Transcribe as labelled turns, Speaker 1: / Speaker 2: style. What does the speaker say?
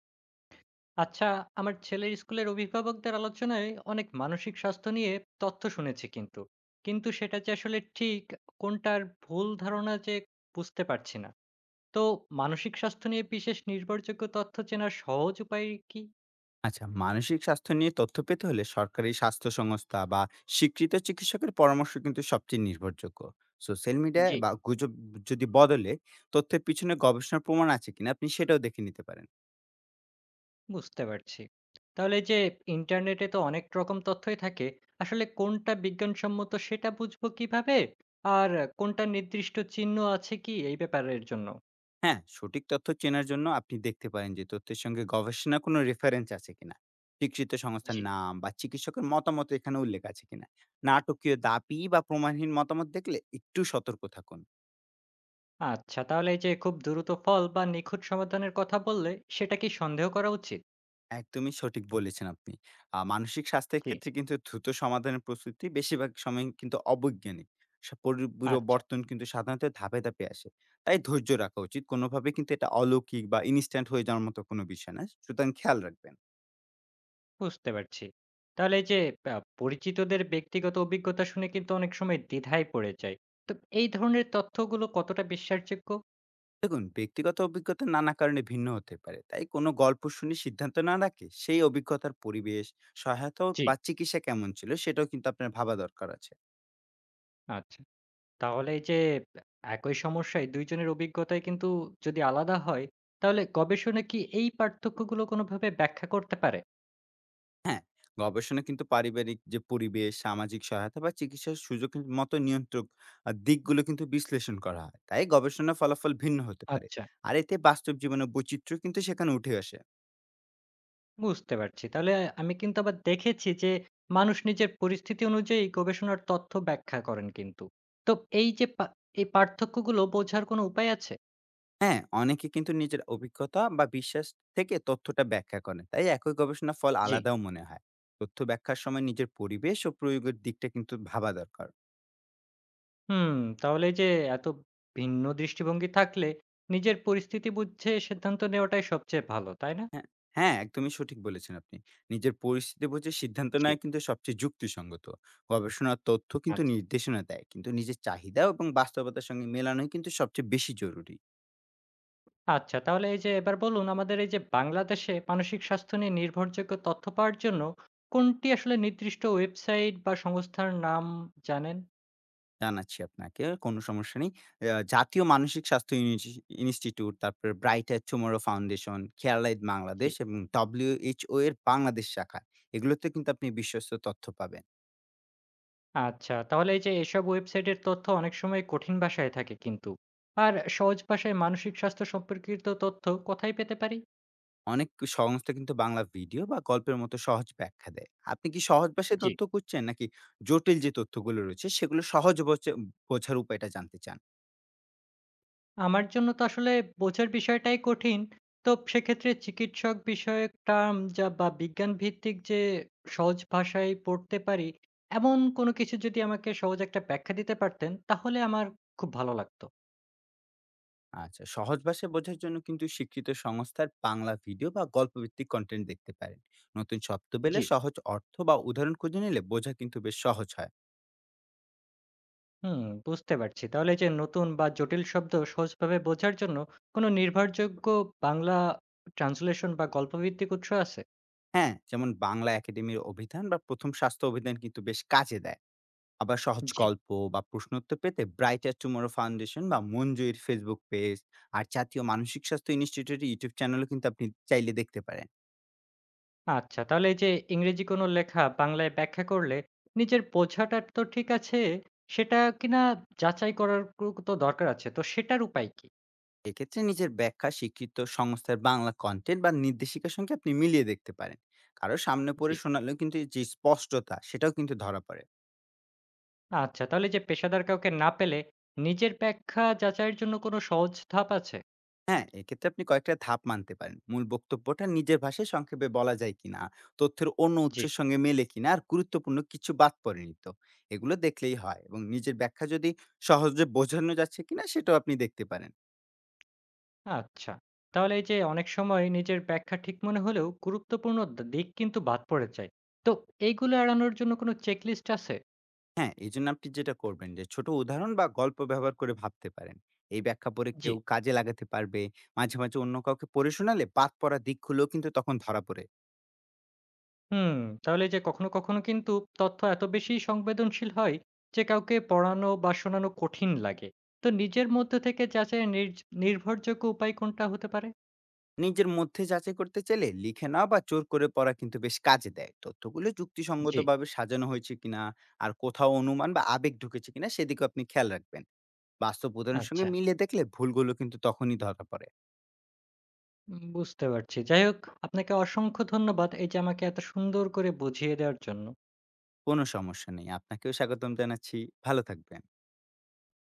Speaker 1: আচ্ছা, আমার ছেলের স্কুলের অভিভাবকদের আলোচনায় অনেক মানসিক স্বাস্থ্য নিয়ে তথ্য শুনেছি, কিন্তু কিন্তু সেটা যে আসলে ঠিক কোনটার ভুল ধারণা যে বুঝতে পারছি না। তো মানসিক স্বাস্থ্য নিয়ে বিশেষ নির্ভরযোগ্য তথ্য চেনার সহজ উপায় কি?
Speaker 2: আচ্ছা, মানসিক স্বাস্থ্য নিয়ে তথ্য পেতে হলে সরকারি স্বাস্থ্য সংস্থা বা স্বীকৃত চিকিৎসকের পরামর্শ কিন্তু সবচেয়ে নির্ভরযোগ্য। সোশ্যাল মিডিয়ায়
Speaker 1: জি,
Speaker 2: বা গুজব যদি বদলে তথ্যের পিছনে গবেষণার প্রমাণ আছে কিনা আপনি সেটাও দেখে নিতে পারেন।
Speaker 1: বুঝতে পারছি। তাহলে যে ইন্টারনেটে তো অনেক রকম তথ্যই থাকে, আসলে কোনটা বিজ্ঞানসম্মত সেটা বুঝবো কিভাবে? আর কোনটা নির্দিষ্ট চিহ্ন আছে কি এই ব্যাপারের জন্য?
Speaker 2: হ্যাঁ, সঠিক তথ্য চেনার জন্য আপনি দেখতে পারেন যে তথ্যের সঙ্গে গবেষণা কোনো রেফারেন্স আছে কিনা, স্বীকৃত সংস্থার
Speaker 1: জি।
Speaker 2: নাম বা চিকিৎসকের মতামত এখানে উল্লেখ আছে কিনা। নাটকীয় দাবি বা প্রমাণহীন মতামত দেখলে একটু সতর্ক থাকুন।
Speaker 1: আচ্ছা, তাহলে এই যে খুব দ্রুত ফল বা নিখুঁত সমাধানের কথা বললে সেটা কি সন্দেহ করা উচিত?
Speaker 2: একদমই সঠিক বলেছেন আপনি। মানসিক স্বাস্থ্যের
Speaker 1: জি।
Speaker 2: ক্ষেত্রে কিন্তু দ্রুত সমাধানের প্রস্তুতি বেশিরভাগ সময় কিন্তু অবৈজ্ঞানিক। স পরি
Speaker 1: আচ্ছা,
Speaker 2: পরিবর্তন কিন্তু সাধারণত ধাপে ধাপে আসে। তাই ধৈর্য রাখা উচিত। কোনোভাবে কিন্তু এটা অলৌকিক বা ইনস্ট্যান্ট হয়ে যাওয়ার মতো কোনো বিষয় না। সুতরাং খেয়াল রাখবেন।
Speaker 1: বুঝতে পারছি। তাহলে এই যে পরিচিতদের ব্যক্তিগত অভিজ্ঞতা শুনে কিন্তু অনেক সময় দ্বিধায় পড়ে যায়। তো এই ধরনের তথ্যগুলো কতটা বিশ্বাসযোগ্য?
Speaker 2: দেখুন, ব্যক্তিগত অভিজ্ঞতা নানা কারণে ভিন্ন হতে পারে। তাই কোনো গল্প শুনে সিদ্ধান্ত না রাখে সেই অভিজ্ঞতার পরিবেশ, সহায়তা
Speaker 1: জি।
Speaker 2: বা চিকিৎসা কেমন ছিল সেটাও কিন্তু আপনার ভাবা দরকার আছে।
Speaker 1: আচ্ছা, তাহলে এই যে একই সমস্যায় ২ জনের অভিজ্ঞতায় কিন্তু যদি আলাদা হয়, তাহলে গবেষণা কি এই পার্থক্যগুলো কোনোভাবে ব্যাখ্যা করতে পারে?
Speaker 2: হ্যাঁ, গবেষণা কিন্তু পারিবারিক যে পরিবেশ, সামাজিক সহায়তা বা চিকিৎসার সুযোগ কিন মতো নিয়ন্ত্রক দিকগুলো কিন্তু বিশ্লেষণ করা হয়। তাই গবেষণার ফলাফল ভিন্ন হতে পারে।
Speaker 1: আচ্ছা।
Speaker 2: আর এতে বাস্তব জীবনের বৈচিত্র্য কিন্তু সেখানে উঠে আসে।
Speaker 1: বুঝতে পারছি। তাহলে আমি কিন্তু আবার দেখেছি যে মানুষ নিজের পরিস্থিতি অনুযায়ী গবেষণার তথ্য ব্যাখ্যা করেন কিন্তু। তো এই যে এই পার্থক্যগুলো বোঝার কোনো উপায় আছে?
Speaker 2: হ্যাঁ, অনেকে কিন্তু নিজের অভিজ্ঞতা বা বিশ্বাস থেকে তথ্যটা ব্যাখ্যা করেন। তাই একই গবেষণার ফল
Speaker 1: জি।
Speaker 2: আলাদাও মনে হয়। তথ্য ব্যাখ্যার সময় নিজের পরিবেশ ও প্রয়োগের দিকটা কিন্তু ভাবা দরকার।
Speaker 1: হুম, তাহলে এই যে এত ভিন্ন দৃষ্টিভঙ্গি থাকলে নিজের পরিস্থিতি বুঝে সিদ্ধান্ত নেওয়াটাই সবচেয়ে ভালো, তাই না?
Speaker 2: হ্যাঁ, একদমই সঠিক বলেছেন আপনি। নিজের পরিস্থিতি বুঝে সিদ্ধান্ত
Speaker 1: জি।
Speaker 2: নেওয়া কিন্তু সবচেয়ে যুক্তিসঙ্গত। গবেষণার তথ্য কিন্তু
Speaker 1: আচ্ছা।
Speaker 2: নির্দেশনা দেয়, কিন্তু নিজের চাহিদা এবং বাস্তবতার সঙ্গে মেলানোই কিন্তু সবচেয়ে বেশি জরুরি।
Speaker 1: আচ্ছা, তাহলে এই যে এবার বলুন আমাদের এই যে বাংলাদেশে মানসিক স্বাস্থ্য নিয়ে নির্ভরযোগ্য তথ্য পাওয়ার জন্য কোনটি আসলে নির্দিষ্ট ওয়েবসাইট বা সংস্থার নাম জানেন?
Speaker 2: জানাচ্ছি আপনাকে, কোনো সমস্যা নেই। জাতীয় মানসিক স্বাস্থ্য ইনস্টিটিউট, তারপরে ব্রাইটার টুমরো ফাউন্ডেশন, খেয়ালাইট
Speaker 1: জি।
Speaker 2: বাংলাদেশ এবং WHO এর বাংলাদেশ শাখা। এগুলোতে কিন্তু আপনি বিশ্বস্ত তথ্য পাবেন।
Speaker 1: আচ্ছা, তাহলে এই যে এসব ওয়েবসাইটের তথ্য অনেক সময় কঠিন ভাষায় থাকে কিন্তু। আর সহজ ভাষায় মানসিক স্বাস্থ্য সম্পর্কিত তথ্য কোথায় পেতে পারি?
Speaker 2: অনেক সংস্থা কিন্তু বাংলা ভিডিও বা গল্পের মতো সহজ ব্যাখ্যা দেয়। আপনি কি সহজ ভাষায়
Speaker 1: জি।
Speaker 2: তথ্য খুঁজছেন, নাকি জটিল যে তথ্যগুলো রয়েছে সেগুলো বোঝার উপায়টা জানতে চান?
Speaker 1: আমার জন্য তো আসলে বোঝার বিষয়টাই কঠিন। তো সেক্ষেত্রে চিকিৎসক বিষয়ক টার্ম যা বা বিজ্ঞান ভিত্তিক যে সহজ ভাষায় পড়তে পারি, এমন কোনো কিছু যদি আমাকে সহজ একটা ব্যাখ্যা দিতে পারতেন, তাহলে আমার খুব ভালো লাগতো।
Speaker 2: আচ্ছা, সহজ ভাষায় বোঝার জন্য কিন্তু শিক্ষিত সংস্থার বাংলা ভিডিও বা গল্প ভিত্তিক কন্টেন্ট দেখতে পারেন। নতুন শব্দ পেলে
Speaker 1: জি।
Speaker 2: সহজ অর্থ বা উদাহরণ খুঁজে নিলে বোঝা কিন্তু বেশ সহজ হয়।
Speaker 1: হুম, বুঝতে পারছি। তাহলে এই যে নতুন বা জটিল শব্দ সহজভাবে বোঝার জন্য কোনো নির্ভরযোগ্য বাংলা ট্রান্সলেশন বা গল্পভিত্তিক উৎস আছে?
Speaker 2: হ্যাঁ, যেমন বাংলা একাডেমির অভিধান বা প্রথম স্বাস্থ্য অভিধান কিন্তু বেশ কাজে দেয়। আবার সহজ
Speaker 1: জি।
Speaker 2: গল্প বা প্রশ্ন উত্তর পেতে ব্রাইটার টুমরো ফাউন্ডেশন বা মঞ্জুরির ফেসবুক পেজ আর জাতীয় মানসিক স্বাস্থ্য ইনস্টিটিউটের ইউটিউব চ্যানেলও কিন্তু আপনি চাইলে দেখতে পারেন।
Speaker 1: আচ্ছা, তাহলে এই যে ইংরেজি কোনো লেখা বাংলায় ব্যাখ্যা করলে নিজের বোঝাটা তো ঠিক আছে, সেটা কিনা যাচাই করার তো দরকার আছে। তো সেটার উপায় কি?
Speaker 2: এক্ষেত্রে নিজের ব্যাখ্যা স্বীকৃত সংস্থার বাংলা কন্টেন্ট বা নির্দেশিকার সঙ্গে আপনি মিলিয়ে দেখতে পারেন। কারো সামনে
Speaker 1: জি।
Speaker 2: পড়ে শোনালেও কিন্তু যে স্পষ্টতা সেটাও কিন্তু ধরা পড়ে।
Speaker 1: আচ্ছা, তাহলে যে পেশাদার কাউকে না পেলে নিজের ব্যাখ্যা যাচাইয়ের জন্য কোনো সহজ ধাপ আছে?
Speaker 2: হ্যাঁ, এক্ষেত্রে আপনি কয়েকটা ধাপ মানতে পারেন। মূল বক্তব্যটা নিজের ভাষায় সংক্ষেপে বলা যায় কিনা, তথ্যের অন্য
Speaker 1: জি।
Speaker 2: উৎসের সঙ্গে মেলে কিনা আর গুরুত্বপূর্ণ কিছু বাদ পড়েনি তো। এগুলো দেখলেই হয়। এবং নিজের ব্যাখ্যা যদি সহজে বোঝানো যাচ্ছে কিনা সেটাও আপনি দেখতে পারেন।
Speaker 1: আচ্ছা। তাহলে এই যে অনেক সময় নিজের ব্যাখ্যা ঠিক মনে হলেও গুরুত্বপূর্ণ দিক কিন্তু বাদ পড়ে যায়। তো এইগুলো এড়ানোর জন্য কোনো চেকলিস্ট আছে?
Speaker 2: হ্যাঁ, এজন্য আপনি যেটা করবেন যে ছোট উদাহরণ বা গল্প ব্যবহার করে ভাবতে পারেন। এই ব্যাখ্যা পড়ে
Speaker 1: জি।
Speaker 2: কেউ কাজে লাগাতে পারবে। মাঝে মাঝে অন্য কাউকে পড়ে শোনালে বাদ পড়া দিকগুলোও কিন্তু তখন ধরা পড়ে।
Speaker 1: হুম, তাহলে এই যে কখনো, কখনো কিন্তু তথ্য এত বেশি সংবেদনশীল হয় যে কাউকে পড়ানো বা শোনানো কঠিন লাগে। তো নিজের মধ্যে থেকে যাচাইয়ের নির্ভরযোগ্য উপায় কোনটা হতে পারে?
Speaker 2: নিজের মধ্যে যাচাই করতে চাইলে লিখে নেওয়া বা জোর করে পড়া কিন্তু বেশ কাজে দেয়। তথ্যগুলো
Speaker 1: জি।
Speaker 2: যুক্তিসঙ্গতভাবে সাজানো হয়েছে কিনা আর কোথাও অনুমান বা আবেগ ঢুকেছে কিনা সেদিকে আপনি খেয়াল রাখবেন। বাস্তব উদাহরণের সঙ্গে
Speaker 1: আচ্ছা,
Speaker 2: মিলে দেখলে ভুলগুলো কিন্তু তখনই ধরা পড়ে।
Speaker 1: বুঝতে পারছি। যাই হোক, আপনাকে অসংখ্য ধন্যবাদ এই যে আমাকে এত সুন্দর করে বুঝিয়ে দেওয়ার জন্য।
Speaker 2: কোনো সমস্যা নেই, আপনাকেও স্বাগতম জানাচ্ছি। ভালো থাকবেন।